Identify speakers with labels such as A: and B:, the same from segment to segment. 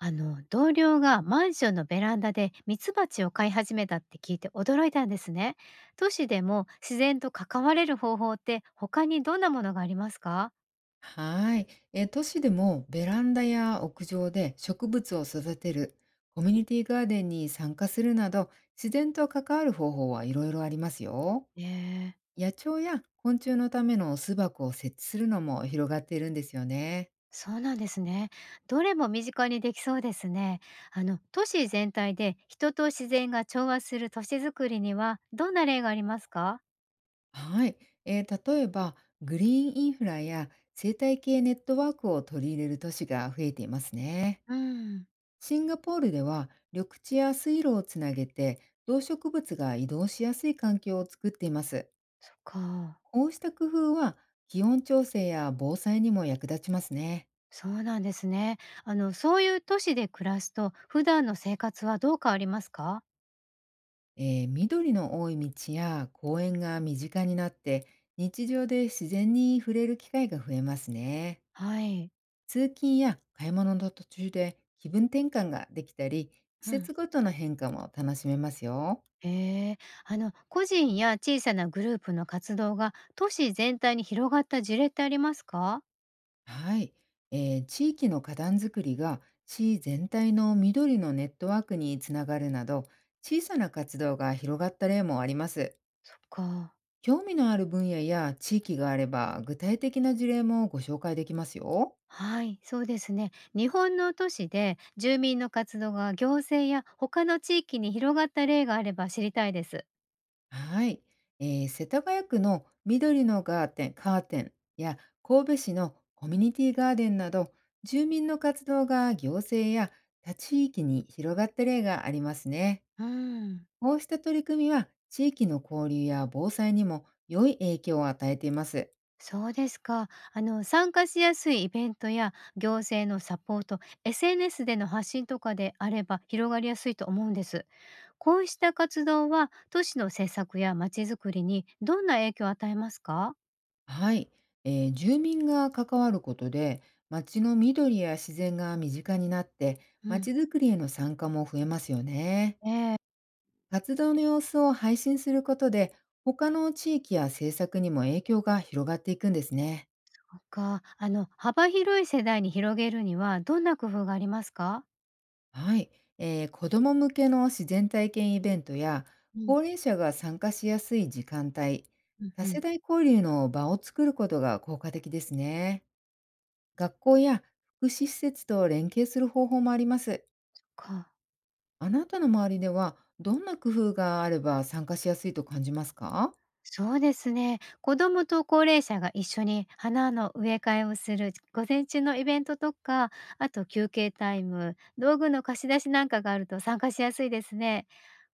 A: 同僚がマンションのベランダでミツバチを飼い始めたって聞いて驚いたんですね。都市でも自然と関われる方法って他にどんなものがありますか？
B: はい。都市でもベランダや屋上で植物を育てる、コミュニティガーデンに参加するなど、自然と関わる方法はいろいろありますよ。
A: ええ。
B: 野鳥や昆虫のための巣箱を設置するのも広がっているんですよね。
A: そうなんですね。どれも身近にできそうですね。都市全体で人と自然が調和する都市づくりにはどんな例がありますか？
B: はい。例えば、グリーンインフラや生態系ネットワークを取り入れる都市が増えていますね。
A: うん。
B: シンガポールでは、緑地や水路をつなげて、動植物が移動しやすい環境を作っています。
A: そっか。
B: こうした工夫は、気温調整や防災にも役立ちますね。
A: そうなんですね。そういう都市で暮らすと普段の生活はどう変わりますか？
B: 緑の多い道や公園が身近になって、日常で自然に触れる機会が増えますね。
A: はい。
B: 通勤や買い物の途中で気分転換ができたり、季
A: うん。
B: 節ごとの変化も楽しめますよ。
A: へえ。個人や小さなグループの活動が都市全体に広がった事例ってありますか？
B: はい、地域の花壇作りが市全体の緑のネットワークにつながるなど、小さな活動が広がった例もあります。
A: そっか。
B: 興味のある分野や地域があれば、具体的な事例もご紹介できますよ。
A: はい、そうですね。日本の都市で住民の活動が行政や他の地域に広がった例があれば知りたいです。
B: はい。世田谷区の緑のガーテン、カーテンや神戸市のコミュニティガーデンなど、住民の活動が行政や他地域に広がった例がありますね。
A: うん。
B: こうした取り組みは、地域の交流や防災にも良い影響を与えています。
A: そうですか。参加しやすいイベントや行政のサポート、SNS での発信とかであれば広がりやすいと思うんです。こうした活動は都市の政策やまちづくりにどんな影響を与えますか？
B: はい、住民が関わることで、町の緑や自然が身近になって、
A: うん。
B: 町づくりへの参加も増えますよね。
A: ええ。
B: 活動の様子を配信することで、他の地域や政策にも影響が広がっていくんですね。
A: そっか。幅広い世代に広げるにはどんな工夫がありますか？
B: はい、子ども向けの自然体験イベントや、
A: うん。
B: 高齢者が参加しやすい時間帯、
A: うん
B: 多
A: う
B: 世
A: ん。
B: 代交流の場を作ることが効果的ですね。学校や福祉施設と連携する方法もあります。
A: か。
B: あなたの周りではどんな工夫があれば参加しやすいと感じますか？
A: そうですね。子どもと高齢者が一緒に花の植え替えをする午前中のイベントとか、あと休憩タイム道具の貸し出しなんかがあると参加しやすいですね。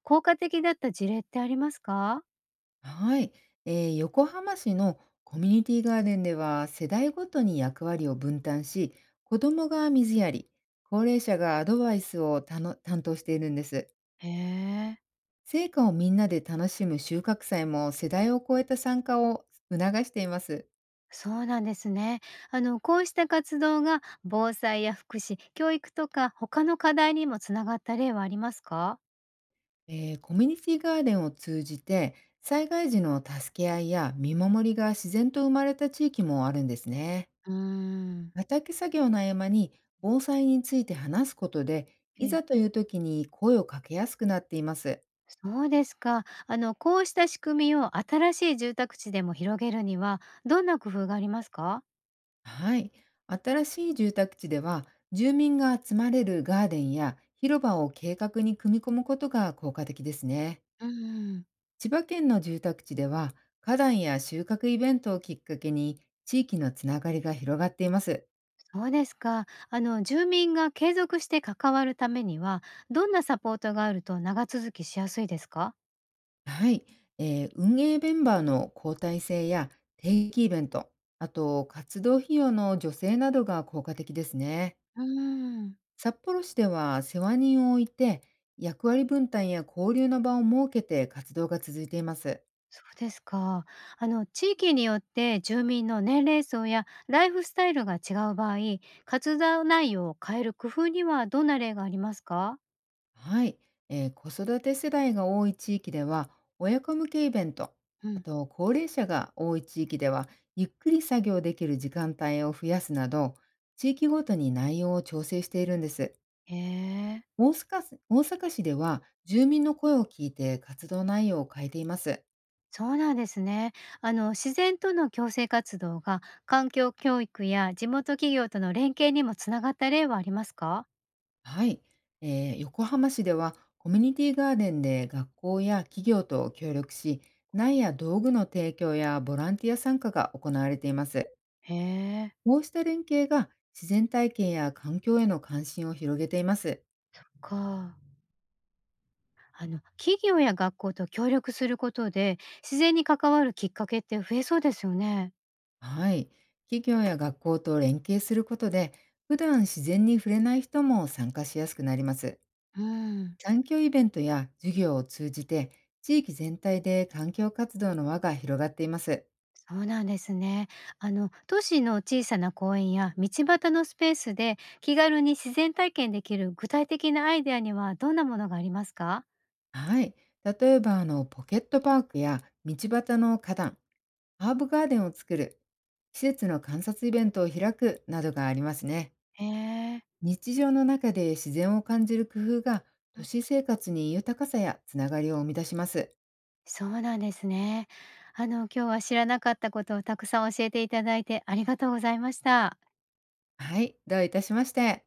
A: 効果的だった事例ってありますか？
B: はい、横浜市のコミュニティガーデンでは世代ごとに役割を分担し、子どもが水やり、高齢者がアドバイスを担当しているんです。
A: へえ。
B: 成果をみんなで楽しむ収穫祭も、世代を超えた参加を促しています。
A: そうなんですね。こうした活動が防災や福祉、教育とか他の課題にもつながった例はありますか？
B: コミュニティガーデンを通じて、災害時の助け合いや見守りが自然と生まれた地域もあるんですね。
A: うーん。
B: 畑作業の合間に防災について話すことで、
A: え
B: い
A: え。
B: ざという時に声をかけやすくなっています。
A: そうですか。こうした仕組みを新しい住宅地でも広げるには、どんな工夫がありますか？
B: はい。新しい住宅地では、住民が集まれるガーデンや広場を計画に組み込むことが効果的ですね。
A: うん。
B: 千葉県の住宅地では、花壇や収穫イベントをきっかけに、地域のつながりが広がっています。
A: そうですか。住民が継続して関わるためには、どんなサポートがあると長続きしやすいですか？
B: はい、運営メンバーの交代制や定期イベント、あと活動費用の助成などが効果的ですね。
A: うん。
B: 札幌市では世話人を置いて、役割分担や交流の場を設けて活動が続いています。
A: そうですか。地域によって住民の年齢層やライフスタイルが違う場合、活動内容を変える工夫にはどんな例がありますか？
B: はい、子育て世代が多い地域では親子向けイベント、
A: う
B: あ
A: ん。
B: と高齢者が多い地域ではゆっくり作業できる時間帯を増やすなど、地域ごとに内容を調整しているんです。
A: へえ。
B: 大阪市では、住民の声を聞いて活動内容を変えています。
A: そうなんですね。自然との共生活動が環境教育や地元企業との連携にもつながった例はありますか？
B: はい。横浜市では、コミュニティガーデンで学校や企業と協力し、苗や道具の提供やボランティア参加が行われています。
A: へえ。
B: こうした連携が、自然体験や環境への関心を広げています。
A: か。企業や学校と協力することで自然に関わるきっかけって増えそうですよね。
B: はい。企業や学校と連携することで、普段自然に触れない人も参加しやすくなります。
A: うん。
B: 環境イベントや授業を通じて、地域全体で環境活動の輪が広がっています。
A: そうなんですね。都市の小さな公園や道端のスペースで気軽に自然体験できる具体的なアイデアにはどんなものがありますか？
B: はい。例えば、ポケットパークや道端の花壇、ハーブガーデンを作る、季節の観察イベントを開くなどがありますね。
A: へえ。
B: 日常の中で自然を感じる工夫が、都市生活に豊かさやつながりを生み出します。
A: そうなんですね。今日は知らなかったことをたくさん教えていただいてありがとうございました。
B: はい。どういたしまして。